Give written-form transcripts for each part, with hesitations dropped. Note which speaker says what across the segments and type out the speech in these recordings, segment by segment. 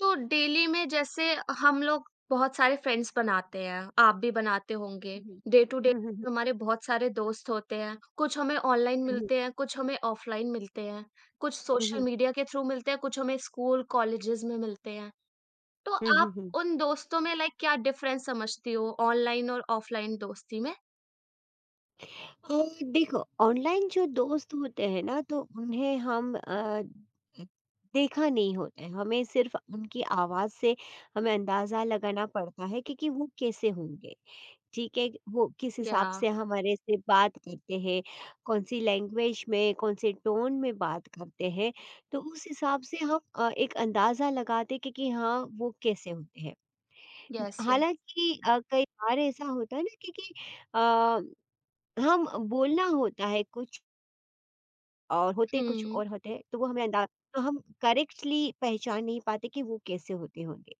Speaker 1: तो डेली में जैसे हम लोग बहुत सारे फ्रेंड्स बनाते हैं, आप भी बनाते होंगे।
Speaker 2: हुँ, हुँ।
Speaker 1: डे टू डे
Speaker 2: हुँ, हुँ, हुँ,
Speaker 1: हमारे बहुत सारे दोस्त होते हैं, कुछ हमें ऑनलाइन
Speaker 2: हुँ,
Speaker 1: मिलते हैं, कुछ हमें ऑफलाइन मिलते हैं, कुछ सोशल
Speaker 2: हुँ,
Speaker 1: मीडिया के थ्रू मिलते हैं, कुछ हमें स्कूल कॉलेजेस में मिलते हैं। तो
Speaker 2: हुँ, हुँ,
Speaker 1: आप
Speaker 2: हुँ।
Speaker 1: उन दोस्तों में लाइक क्या डिफरेंस समझती हो ऑनलाइन और ऑफलाइन दोस्ती में?
Speaker 2: देखो ऑनलाइन जो दोस्त होते हैं ना तो उन्हें हम देखा नहीं होता है। हमें सिर्फ़ उनकी आवाज़ से हमें अंदाज़ा लगाना पड़ता है कि वो कैसे होंगे, ठीक है? वो किस
Speaker 1: या
Speaker 2: हिसाब से हमारे से बात करते हैं, कौन-सी लैंग्वेज में, कौन-से टोन में बात करते हैं, तो उस हिसाब से हम एक अंदाज़ा लगाते हैं कि हाँ, वो कैसे होते हैं।
Speaker 1: Yes, yes.
Speaker 2: हालाँकि कई बार ऐसा होता है ना क्योंकि अ, हम बोलना होता है कुछ
Speaker 1: हुँ,
Speaker 2: और होते हैं, तो वो हमें अंदा तो हम करेक्टली पहचान नहीं पाते कि वो कैसे होते होंगे।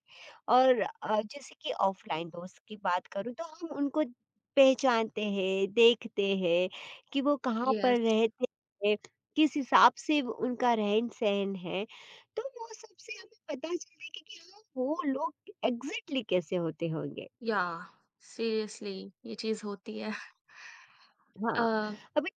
Speaker 2: और जैसे कि ऑफ़लाइन दोस्त की बात करूँ तो हम उनको पहचानते हैं, देखते हैं कि वो कहाँ पर
Speaker 1: यस।
Speaker 2: रहते हैं, किस हिसाब से वो उनका रहन-सहन है, तो वो सबसे हमें पता चलता है कि हाँ, वो लोग एग्ज़ैक्टली कैसे होते होंगे।
Speaker 1: या सीरियसली ये चीज़ होती है। अ,
Speaker 2: हाँ, अभी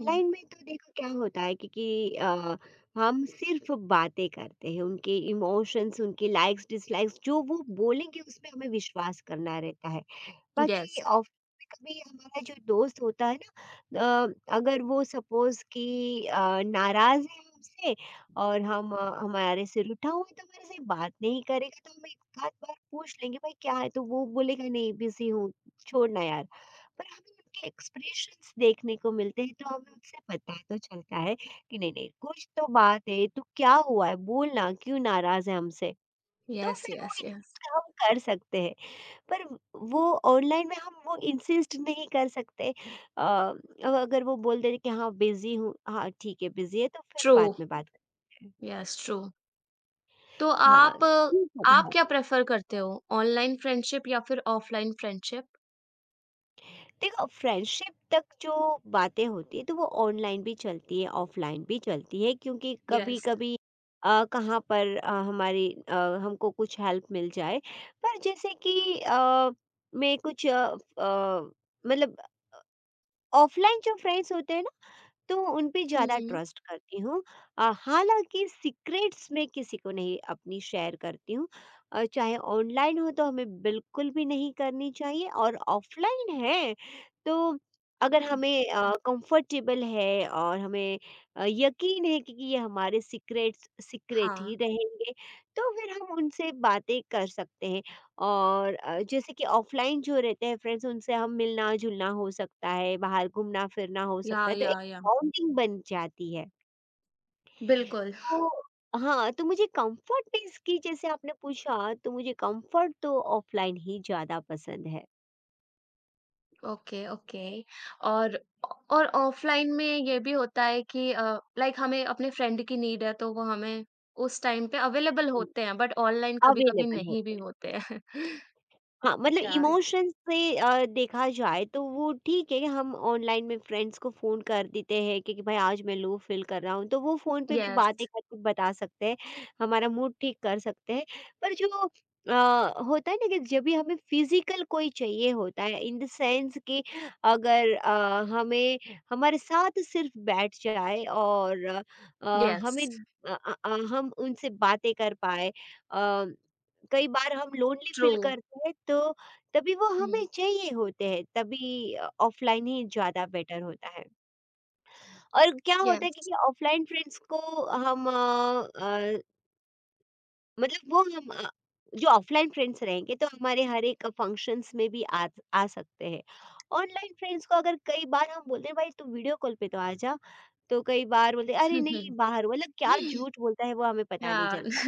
Speaker 1: हुँ,
Speaker 2: में तो देखो क्या होता है क्योंकि अ, हम सिर्फ़ बातें करते हैं, उनके इमोशंस, उनके लाइक्स, डिसलाइक्स जो वो बोलेंगे उसमें हमें विश्वास करना रहता है।
Speaker 1: यस।
Speaker 2: बाकी ऑफ़ में कभी हमारा जो दोस्त होता है ना अगर वो सपोज़ कि नाराज़ है हमसे और हम हमारे सिर उठा हुआ है तो हमारे से बात नहीं करेगा तो हम एक आध बार पूछ लेंगे भाई क्या है? तो वो बोलेगा नहीं बिज़ी हूँ, छोड़ना यार। पर हमें उनके एक्सप्रेशंस देखने को मिलते हैं तो हमें उनसे पता तो चलता है कि नहीं नहीं कुछ तो बात है तो क्या हुआ है बोलना क्यों नाराज है हमसे तो
Speaker 1: यस,
Speaker 2: फिर वो
Speaker 1: यस, यस।
Speaker 2: हम कर सकते हैं पर वो ऑनलाइन में हम वो इंसिस्ट नहीं कर सकते। अब अगर वो बोल दे कि हाँ बिजी हूँ हाँ ठीक है बिजी है तो फिर
Speaker 1: ट्रू,
Speaker 2: बाद में बात करते हैं
Speaker 1: यस ट्रू। तो
Speaker 2: हाँ
Speaker 1: आप
Speaker 2: ये सब
Speaker 1: आप
Speaker 2: है।
Speaker 1: क्या प्रेफ़र करते हो ऑनलाइन फ्रेंडशिप या फिर ऑफलाइन फ्रेंडशिप?
Speaker 2: देखो फ्रेंडशिप तक जो बातें होती है तो वो ऑनलाइन भी चलती है ऑफलाइन भी चलती है क्योंकि कभी
Speaker 1: यस।
Speaker 2: कभी कहाँ पर हमारी हमको कुछ हेल्प मिल जाए पर जैसे कि मैं कुछ अ, मतलब ऑफलाइन जो फ्रेंड्स होते हैं ना तो उन पे ज़्यादा
Speaker 1: हुँ,
Speaker 2: ट्रस्ट करती हूँ। हालाँकि सीक्रेट्स मैं किसी को नहीं अपनी शेयर करती हूँ। चाहे ऑनलाइन हो तो हमें बिल्कुल भी नहीं करनी चाहिए और ऑफ़लाइन है तो अगर
Speaker 1: तो
Speaker 2: हमें कंफ़र्टेबल है और हमें यकीन है कि ये हमारे सीक्रेट्स सीक्रेट
Speaker 1: हाँ,
Speaker 2: ही रहेंगे, तो फिर हम उनसे बातें कर सकते हैं। और जैसे कि ऑफ़लाइन जो रहते हैं फ्रेंड्स उनसे हम मिलना-जुलना हो सकता है, बाहर घूमना-फिरना हो सकता है तो
Speaker 1: या, या।
Speaker 2: बाउंडिंग बन जाती है।
Speaker 1: बिल्कुल,
Speaker 2: तो हाँ, तो मुझे कंफर्ट प्लेस की जैसे आपने पूछा तो मुझे कंफर्ट तो ऑफलाइन ही ज़्यादा पसंद है।
Speaker 1: Okay, okay. और और ऑफलाइन में ये भी होता है कि लाइक हमें अपने फ्रेंड की नीड है, तो वो हमें उस टाइम पे अवेलेबल
Speaker 2: हुँ,
Speaker 1: होते हैं, बट ऑनलाइन कभी-कभी
Speaker 2: अवेलेबल हो
Speaker 1: नहीं भी
Speaker 2: तो।
Speaker 1: होते हैं।
Speaker 2: हाँ, मतलब
Speaker 1: या।
Speaker 2: इमोशंस से देखा जाए तो वो ठीक है, कि हम ऑनलाइन में फ्रेंड्स को फ़ोन कर देते हैं कि भाई आज मैं लो फ़ील कर रहा हूँ, तो वो फ़ोन पे भी बातें
Speaker 1: यस,
Speaker 2: करके बता सकते हैं, हमारा मूड ठीक कर सकते हैं। पर जो अ, होता है ना कि जब भी हमें फ़िज़िकल कोई चाहिए होता है इन द सेंस कि अगर हमें हमारे साथ सिर्फ बैठ जाए और
Speaker 1: यस,
Speaker 2: हमें अ अ अ, हम उनसे बातें कर पाएँ अ कई बार हम लोनली
Speaker 1: ट्रू।
Speaker 2: फील करते हैं तो तभी वो
Speaker 1: हुँ,
Speaker 2: हमें चाहिए होते हैं तभी ऑफलाइन ही ज़्यादा बेटर होता है। और क्या होता है
Speaker 1: यस।
Speaker 2: कि ऑफलाइन फ्रेंड्स को हम अ, मतलब वो हम जो ऑफलाइन फ्रेंड्स रहेंगे तो हमारे हर एक फंक्शंस में भी आ आ सकते हैं। ऑनलाइन फ्रेंड्स को अगर कई बार हम बोलते हैं भाई तू वीडियो कॉल पे तो आ जा। तो कई बार बोलते हैं, "अरे
Speaker 1: हुँ,
Speaker 2: नहीं बाहर हुआ" मतलब क्या
Speaker 1: हुँ।
Speaker 2: झूठ बोलता है वो हमें पता नहीं
Speaker 1: Yeah.
Speaker 2: चलता है।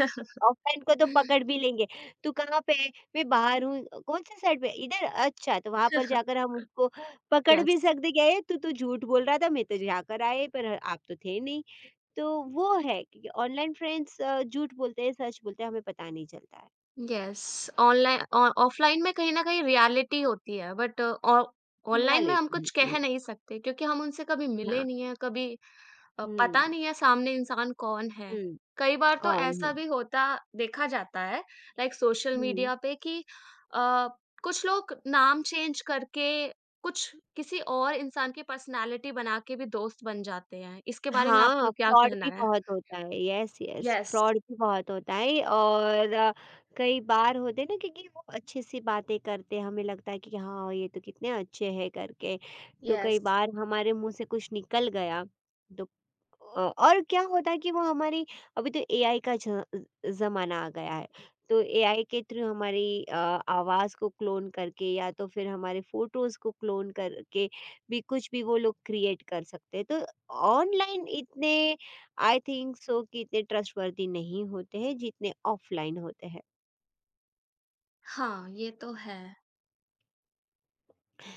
Speaker 2: ऑफलाइन को तो पकड़ भी लेंगे, "तू कहाँ पे है?" "मैं बाहर हूँ।" "कौन-से साइड पे?" "इधर।" "अच्छा" तो वहाँ पर जाकर हम उसको पकड़
Speaker 1: यस,
Speaker 2: भी सकते हैं कि "अरे! तू तो झूठ बोल रहा था, मैं तो जाकर आए पर आप तो थे नहीं।" तो वो है क्योंकि ऑनलाइन फ्रेंड्स झूठ बोलते हैं, सच बोलते हैं, हमें पता नहीं चलता है।
Speaker 1: यस। ऑनलाइन ऑफलाइन में कहीं ना कहीं रियलिटी होती है, बट ऑनलाइन में हम
Speaker 2: रियलिटी
Speaker 1: कुछ
Speaker 2: होती है।
Speaker 1: कह नहीं सकते, क्योंकि हम उनसे कभी मिले
Speaker 2: हाँ।
Speaker 1: नहीं है, कभी
Speaker 2: हुँ,
Speaker 1: पता नहीं है सामने इंसान कौन है।
Speaker 2: हुँ।
Speaker 1: कई बार तो
Speaker 2: कौन है?
Speaker 1: ऐसा भी होता देखा जाता है, लाइक सोशल
Speaker 2: हुँ।
Speaker 1: मीडिया पे कि अ, कुछ लोग नाम चेंज करके, कुछ किसी और इंसान की पर्सनालिटी बना के भी दोस्त बन जाते हैं। इसके बारे में
Speaker 2: हाँ,
Speaker 1: आपको क्या
Speaker 2: फ्रॉड
Speaker 1: कहना
Speaker 2: भी
Speaker 1: है?
Speaker 2: बहुत होता है। यस, यस,
Speaker 1: यस,
Speaker 2: फ्रॉड भी बहुत होता है और कई बार होते हैं ना क्योंकि वो अच्छी-सी बातें करते हैं, हमें लगता है कि हाँ, ये तो कितने अच्छे हैं करके। तो
Speaker 1: यस।
Speaker 2: कई बार हमारे मुँह से कुछ निकल गया, तो और क्या होता है कि वो हमारी अभी तो एआई का ज ज़माना आ गया है, तो एआई के थ्रू हमारी आवाज़ को क्लोन करके या तो फिर हमारे फ़ोटोज़ को क्लोन करके भी कुछ भी वो लोग क्रिएट कर सकते हैं। तो ऑनलाइन इतने आई थिंक सो कि इतने ट्रस्टवर्दी नहीं होते हैं जितने ऑफलाइन होते हैं।
Speaker 1: हाँ, ये तो है,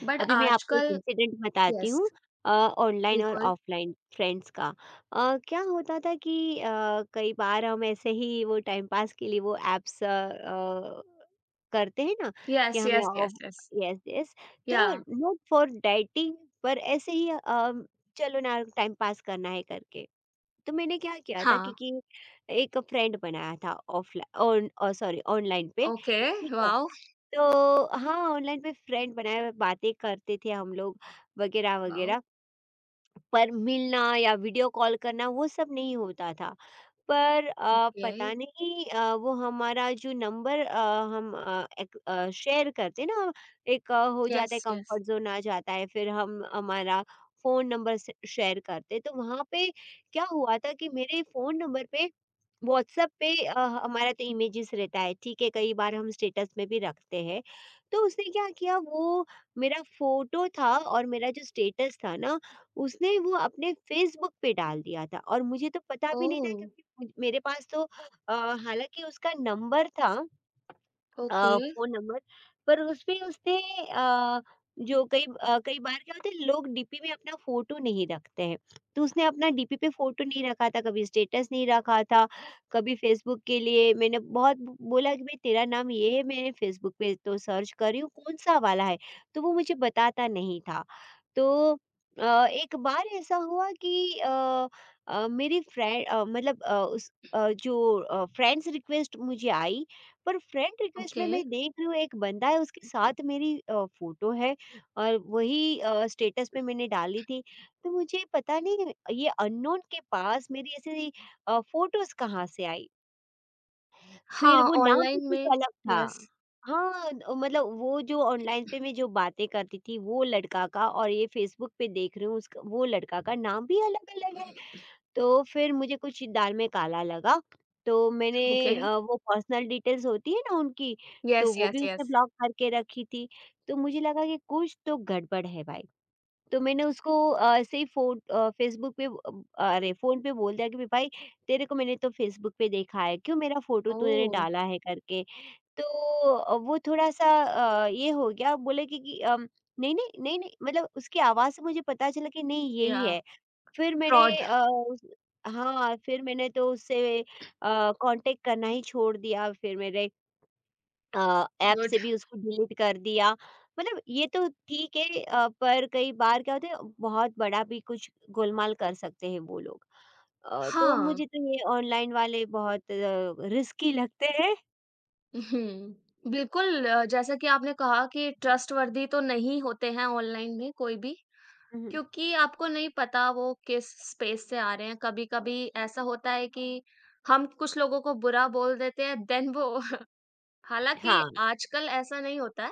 Speaker 1: बट
Speaker 2: अभी मैं आपको एक
Speaker 1: आजकल।
Speaker 2: इंसिडेंट बताती
Speaker 1: यस,
Speaker 2: हूँ अ, ऑनलाइन और
Speaker 1: बिल्कुल।
Speaker 2: ऑफलाइन फ्रेंड्स का। क्या होता था कि कई बार हम ऐसे ही वो टाइम पास के लिए वो ऐप्स करते हैं ना कि
Speaker 1: यस,
Speaker 2: हमें
Speaker 1: yes,
Speaker 2: off
Speaker 1: yes, yes.
Speaker 2: Yes yes तो
Speaker 1: याह!
Speaker 2: नॉट फॉर डेटिंग पर ऐसे ही चलो ना टाइम पास करना है करके। तो मैंने क्या किया था
Speaker 1: हाँ,
Speaker 2: क्योंकि एक फ्रेंड बनाया था ऑफलाइन और सॉरी ऑनलाइन पे
Speaker 1: ओके,
Speaker 2: ठीक है
Speaker 1: वाओ!
Speaker 2: तो हाँ ऑनलाइन पे फ्रेंड बनाया बातें करते थे हम लोग वगैरह
Speaker 1: वाओ!
Speaker 2: वगैरह पर मिलना या वीडियो कॉल करना वो सब नहीं होता था। पर
Speaker 1: ओके,
Speaker 2: पता नहीं वो हमारा जो नंबर हम एक शेयर करते हैं ना एक हो
Speaker 1: यस,
Speaker 2: जाता है
Speaker 1: यस।
Speaker 2: कंफर्ट जोन आ जाता है फिर हम हमारा फ़ोन नंबर से शेयर करते हैं, तो वहाँ पे क्या हुआ था कि मेरे फ़ोन नंबर पे व्हाट्सएप पे हमारा तो इमेजेस रहता है ठीक है कई बार हम स्टेटस में भी रखते हैं तो उसने क्या किया वो मेरा फोटो था और मेरा जो स्टेटस था ना उसने वो अपने फ़ेसबुक पे डाल दिया था और मुझे तो पता भी नहीं था
Speaker 1: ओह!
Speaker 2: क्योंकि मुझ मेरे पास तो हालाँकि उसका नंबर था
Speaker 1: ओके,
Speaker 2: फ़ोन नंबर पर उसपे उसने अ, जो कई कई बार क्या होता है लोग डीपी में अपना फ़ोटो नहीं रखते हैं, तो उसने अपना डीपी पे फ़ोटो नहीं रखा था, कभी स्टेटस नहीं रखा था, कभी फ़ेसबुक के लिए मैंने बहुत बोला कि भाई तेरा नाम ये है, मैंने फ़ेसबुक पे तो सर्च कर रही हूँ, कौन-सा वाला है? तो वो मुझे बताता नहीं था। तो एक बार ऐसा हुआ कि मेरी फ्रें मतलब उस जो फ्रेंड्स रिक्वेस्ट मुझे आई पर फ्रेंड रिक्वेस्ट
Speaker 1: ओके।
Speaker 2: में मैं देख रही हूँ एक बंदा है उसके साथ मेरी फ़ोटो है और वही स्टेटस पे मैंने डाली थी। तो मुझे पता नहीं ये अननोन के पास मेरी ऐसी फ़ोटोज़ कहाँ से आई? फिर
Speaker 1: हाँ,
Speaker 2: वो नाम भी
Speaker 1: ऑनलाइन
Speaker 2: कुछ
Speaker 1: में।
Speaker 2: अलग था।
Speaker 1: यस,
Speaker 2: हाँ, मतलब वो जो ऑनलाइन पे मैं जो बातें करती थी वो लड़का का और ये फ़ेसबुक पे देख रही हूँ उसका वो लड़का का नाम भी अलग-अलग है। तो फिर मुझे कुछ दाल में काला लगा, तो
Speaker 1: ओके।
Speaker 2: मैंने वो पर्सनल डिटेल्स होती है ना उनकी, तो
Speaker 1: यस,
Speaker 2: वो
Speaker 1: यस,
Speaker 2: भी उसने
Speaker 1: यस।
Speaker 2: ब्लॉक करके रखी थी। तो मुझे लगा कि कुछ तो गड़बड़ है भाई, तो मैंने उसको ऐसे ही फ़ेसबुक पे अरे फ़ोन पे बोल दिया कि भाई तेरे को मैंने तो फ़ेसबुक पे देखा है, क्यों मेरा फ़ोटो तूने
Speaker 1: ओह!
Speaker 2: डाला है करके। तो वो थोड़ा-सा ये हो गया बोले कि नहीं, नहीं, नहीं, नहीं मतलब उसकी आवाज़ से मुझे पता चला कि नहीं यही
Speaker 1: याह!
Speaker 2: है। फिर मैंने
Speaker 1: फ्रॉड,
Speaker 2: उस हाँ, फिर मैंने तो उससे कॉन्टैक्ट करना ही छोड़ दिया, फिर मेरे ऐप
Speaker 1: गुड।
Speaker 2: से भी उसको डिलीट कर दिया। मतलब ये तो ठीक है पर कई बार क्या होता है बहुत बड़ा भी कुछ गोलमाल कर सकते हैं वो लोग। तो
Speaker 1: हाँ,
Speaker 2: मुझे तो ये ऑनलाइन वाले बहुत रिस्की लगते हैं।
Speaker 1: हुँ, बिल्कुल। जैसा कि आपने कहा कि ट्रस्टवर्दी तो नहीं होते हैं ऑनलाइन में कोई भी।
Speaker 2: हुँ, हुँ।
Speaker 1: क्योंकि आपको नहीं पता वो किस स्पेस से आ रहे हैं। कभी-कभी ऐसा होता है कि हम कुछ लोगों को बुरा बोल देते हैं, देन वो हालाँकि
Speaker 2: हाँ।
Speaker 1: आजकल ऐसा नहीं होता है।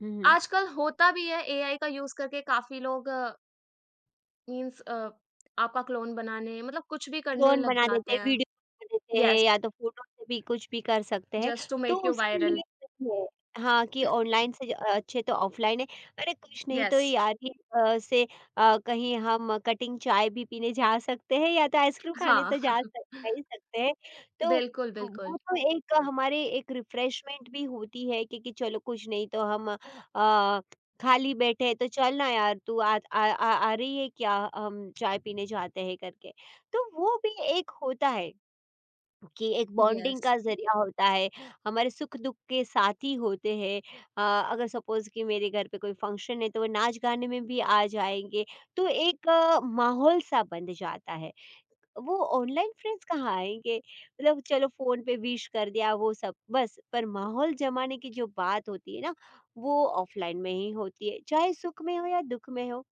Speaker 2: हुँ, हुँ।
Speaker 1: आजकल होता भी है, एआई का यूज़ करके काफ़ी लोग मीन्स आपका क्लोन बनाने मतलब कुछ भी करने
Speaker 2: ड्रोन
Speaker 1: लग
Speaker 2: बना देते
Speaker 1: जाते
Speaker 2: हैं,
Speaker 1: हैं।
Speaker 2: वीडियो बना देते हैं
Speaker 1: येस,
Speaker 2: या तो फ़ोटो से भी कुछ भी कर सकते हैं।
Speaker 1: जस्ट टू
Speaker 2: तो
Speaker 1: मेक यू
Speaker 2: उसके
Speaker 1: वायरल।
Speaker 2: लिए सही है हाँ, कि ऑनलाइन से अच्छे तो ऑफलाइन है। अरे कुछ नहीं तो
Speaker 1: येस,
Speaker 2: यार ही से कहीं हम कटिंग चाय भी पीने जा सकते हैं या तो आइसक्रीम खाने
Speaker 1: हाँ।
Speaker 2: तो जा ही सकते हैं। तो
Speaker 1: बिल्कुल, बिल्कुल।
Speaker 2: वो तो एक हमारे एक रिफ्रेशमेंट भी होती है कि चलो कुछ नहीं तो हम खाली बैठे हैं तो चल ना यार तू आ आ आ आ रही है क्या? हम चाय पीने जाते हैं करके। तो वो भी एक होता है कि एक बॉन्डिंग
Speaker 1: येस,
Speaker 2: का ज़रिया होता है, हमारे सुख-दुख के साथी होते हैं। अ, अगर सपोज़ कि मेरे घर पे कोई फंक्शन है तो वो नाच-गाने में भी आ जाएँगे, तो एक माहौल-सा बन जाता है। वो ऑनलाइन फ्रेंड्स कहाँ आएँगे? मतलब चलो फ़ोन पे विश कर दिया वो सब बस, पर माहौल जमाने की जो बात होती है ना, वो ऑफ़लाइन में ही होती है, चाहे सुख में हो या दुख में हो,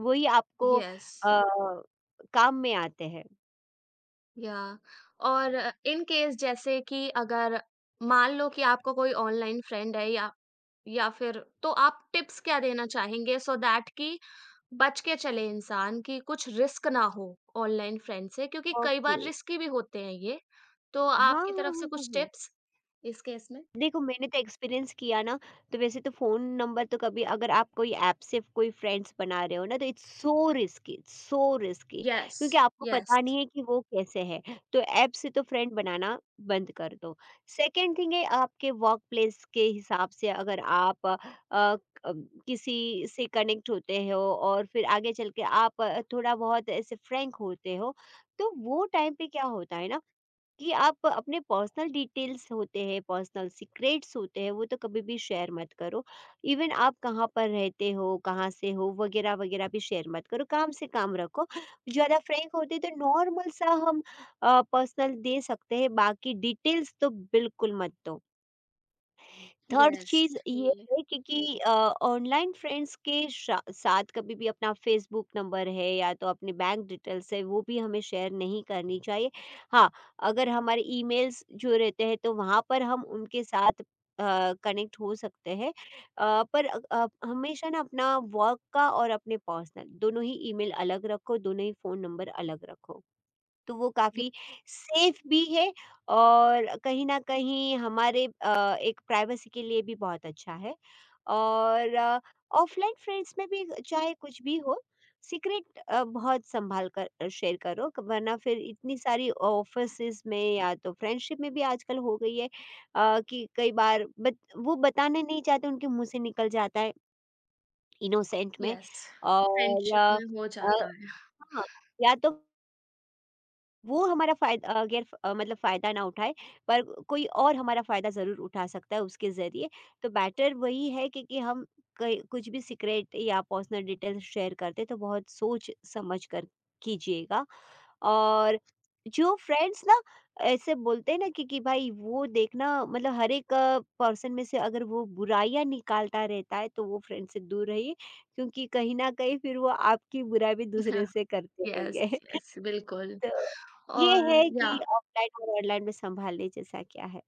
Speaker 2: वही आपको
Speaker 1: येस।
Speaker 2: काम में आते हैं।
Speaker 1: या। और इन केस जैसे कि अगर मान लो कि आपका कोई ऑनलाइन फ्रेंड है या फिर, तो आप टिप्स क्या देना चाहेंगे सो दैट कि बच के चले इंसान कि कुछ रिस्क ना हो ऑनलाइन फ्रेंड से, क्योंकि कई
Speaker 2: ओके।
Speaker 1: बार रिस्की भी होते हैं ये। तो
Speaker 2: हाँ,
Speaker 1: आपकी
Speaker 2: हाँ,
Speaker 1: तरफ से
Speaker 2: हाँ, हाँ,
Speaker 1: कुछ
Speaker 2: हाँ।
Speaker 1: टिप्स इस केस में।
Speaker 2: देखो मैंने तो एक्सपीरियंस किया ना, तो वैसे तो फ़ोन नंबर तो कभी अगर आप कोई ऐप से कोई फ्रेंड्स बना रहे हो ना तो it's so risky so risky,
Speaker 1: yes,
Speaker 2: क्योंकि आपको
Speaker 1: यस,
Speaker 2: पता नहीं है कि वो कैसे है। तो ऐप से तो फ्रेंड बनाना बंद कर दो। सेकंड थिंग है, आपके वर्क प्लेस के हिसाब से अगर आप अ, क किसी से कनेक्ट होते हो और फिर आगे चल के आप थोड़ा बहुत ऐसे फ्रैंक होते हो, तो वो टाइम पे क्या होता है ना कि आप अपने पर्सनल डिटेल्स होते हैं, पर्सनल सीक्रेट्स होते हैं, वो तो कभी भी शेयर मत करो। इवन आप कहाँ पर रहते हो, कहाँ से हो वगैरह, वगैरह भी शेयर मत करो, काम से काम रखो। ज़्यादा फ्रैंक होते तो नॉर्मल सा हम पर्सनल दे सकते हैं, बाकी डिटेल्स तो बिल्कुल मत दो। थर्ड
Speaker 1: यस,
Speaker 2: चीज़
Speaker 1: ये।
Speaker 2: ये है कि ऑनलाइन फ्रेंड्स के शा साथ कभी भी अपना फ़ेसबुक नंबर है या तो अपने बैंक डिटेल्स है, वो भी हमें शेयर नहीं करनी चाहिए। हाँ, अगर हमारे ईमेल्स जो रहते हैं तो वहाँ पर हम उनके साथ कनेक्ट हो सकते हैं। हमेशा ना अपना वर्क का और अपने पर्सनल दोनों ही ईमेल अलग रखो, दोनों ही फ़ोन नंबर अलग रखो। तो वो काफ़ी सेफ़ भी है और कहीं न कहीं हमारे एक प्राइवेसी के लिए भी बहुत अच्छा है। और ऑफ़लाइन फ्रेंड्स में भी चाहे कुछ भी हो, सीक्रेट बहुत सँभाल कर शेयर करो, वरना फिर इतनी सारी ऑफ़िसेज़ में या तो फ्रेंडशिप में भी आजकल हो गई है कि कई बार बत वो बताना नहीं चाहते, उनके मुँह से निकल जाता है इनोसेंट में।
Speaker 1: यस,
Speaker 2: और
Speaker 1: फ्रेंडशिप में हो
Speaker 2: अ,
Speaker 1: जाता है।
Speaker 2: हाँ, या तो वो हमारा फ़ायदा मतलब फ़ायदा ना उठाए, पर कोई और हमारा फ़ायदा ज़रूर उठा सकता है उसके ज़रिए। तो बेटर वही है कि हम कई कुछ भी सीक्रेट या पर्सनल डिटेल्स शेयर करते हैं, तो बहुत सोच-समझ कर कीजिएगा। और जो फ्रेंड्स ना ऐसे बोलते हैं ना कि भाई वो देखना, मतलब हर एक पर्सन में से अगर वो बुराइयाँ निकालता रहता है, तो वो फ्रेंड से दूर रहिए, क्योंकि कहीं न कहीं फिर वो आपकी बुराई भी दूसरे से करते
Speaker 1: यस,
Speaker 2: होंगे।
Speaker 1: यस, बिल्कुल।
Speaker 2: तो ये
Speaker 1: और
Speaker 2: है
Speaker 1: या
Speaker 2: कि ऑफलाइन और ऑनलाइन में सँभालने जैसा क्या है?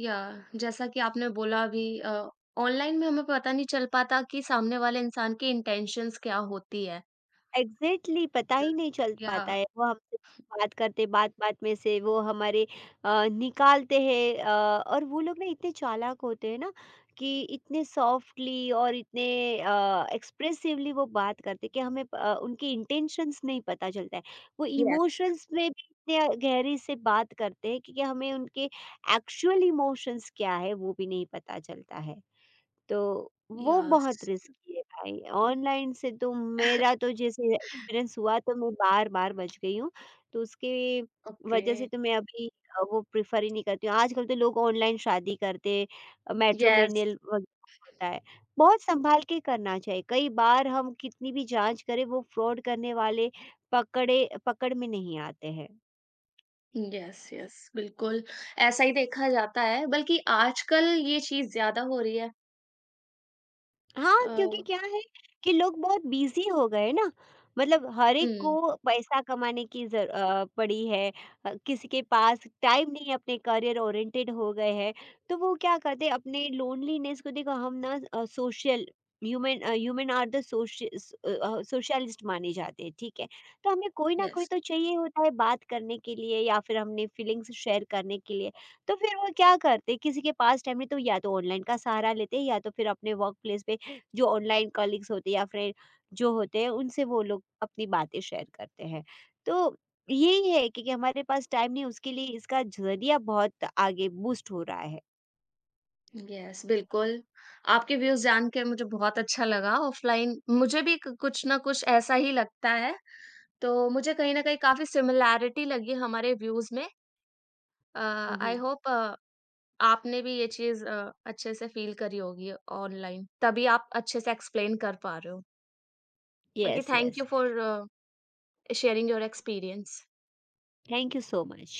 Speaker 1: या। जैसा कि आपने बोला अभी ऑनलाइन में हमें पता नहीं चल पाता कि सामने वाले इंसान की इंटेंशंस क्या होती है।
Speaker 2: एग्ज़ैक्टली पता
Speaker 1: Yes।
Speaker 2: ही नहीं चल
Speaker 1: या।
Speaker 2: पाता है। वो हमसे बात करते बात-बात में से वो हमारे निकालते हैं। और वो लोग ना इतने चालाक होते हैं ना कि इतने सॉफ्टली और इतने एक्सप्रेसिवली वो बात करते हैं कि हमें उनके इंटेंशंस नहीं पता चलता है। वो
Speaker 1: Yes।
Speaker 2: इमोशंस में भी इतने गहरे से बात करते हैं कि हमें उनके एक्चुअल इमोशंस क्या है वो भी नहीं पता चलता है। तो वो
Speaker 1: यस,
Speaker 2: बहुत रिस्की है भाई। ऑनलाइन से तो मेरा तो जैसे एक्सपीरियंस हुआ, तो मैं बार-बार बच गई हूँ। तो उसके
Speaker 1: ओके,
Speaker 2: वजह से तो मैं अभी वो प्रेफ़र ही नहीं करती हूँ। आजकल तो लोग ऑनलाइन शादी करते हैं,
Speaker 1: यस,
Speaker 2: मैट्रिमोनियल वगैरह होता है। बहुत सँभाल के करना चाहिए। कई बार हम कितनी भी जाँच करें, वो फ्रॉड करने वाले पकड़े पकड़ में नहीं आते हैं।
Speaker 1: यस, यस, बिल्कुल, ऐसा ही देखा जाता है, बल्कि आजकल ये चीज़ ज़्यादा हो रही है।
Speaker 2: हाँ,
Speaker 1: अ,
Speaker 2: क्योंकि क्या है कि लोग बहुत बिज़ी हो गए ना, मतलब हर एक
Speaker 1: हुँ,
Speaker 2: को पैसा कमाने की पड़ी है। किसी के पास टाइम नहीं है, अपने करियर ओरिएंटेड हो गए हैं, तो वो क्या करते हैं अपने लोनलीनेस को। देखो हम ना social human, human are the social uh a, socialist माने जाते हैं, ठीक है। तो हमें कोई ना कोई
Speaker 1: यस,
Speaker 2: तो चाहिए होता है बात करने के लिए या फिर हमने फीलिंग्स शेयर करने के लिए। तो फिर वो क्या करते हैं, किसी के पास टाइम नहीं तो या तो ऑनलाइन का सहारा लेते हैं या तो फिर अपने वर्क प्लेस पे जो ऑनलाइन कलीग्स होते हैं या फ्रेंड जो होते हैं उनसे वो लोग अपनी बातें शेयर करते हैं। तो यही है कि हमारे पास टाइम नहीं, उसके लिए इसका ज़रिया बहुत आगे बूस्ट हो रहा है।
Speaker 1: यस, बिल्कुल। आपके व्यूज़ जान के मुझे बहुत अच्छा लगा। ऑफ़लाइन मुझे भी क कुछ ना कुछ ऐसा ही लगता है। तो मुझे कहीं न कहीं काफ़ी सिमिलैरिटी लगी हमारे व्यूज़ में। अ,
Speaker 2: हुँ,
Speaker 1: आई
Speaker 2: हुँ।
Speaker 1: होप आपने भी ये चीज़ अच्छे से फ़ील करी होगी ऑनलाइन, तभी आप अच्छे से एक्सप्लेन कर पा रहे हो। बाकी
Speaker 2: yes,
Speaker 1: thank you
Speaker 2: yes.
Speaker 1: For sharing your experience.
Speaker 2: Thank you so much.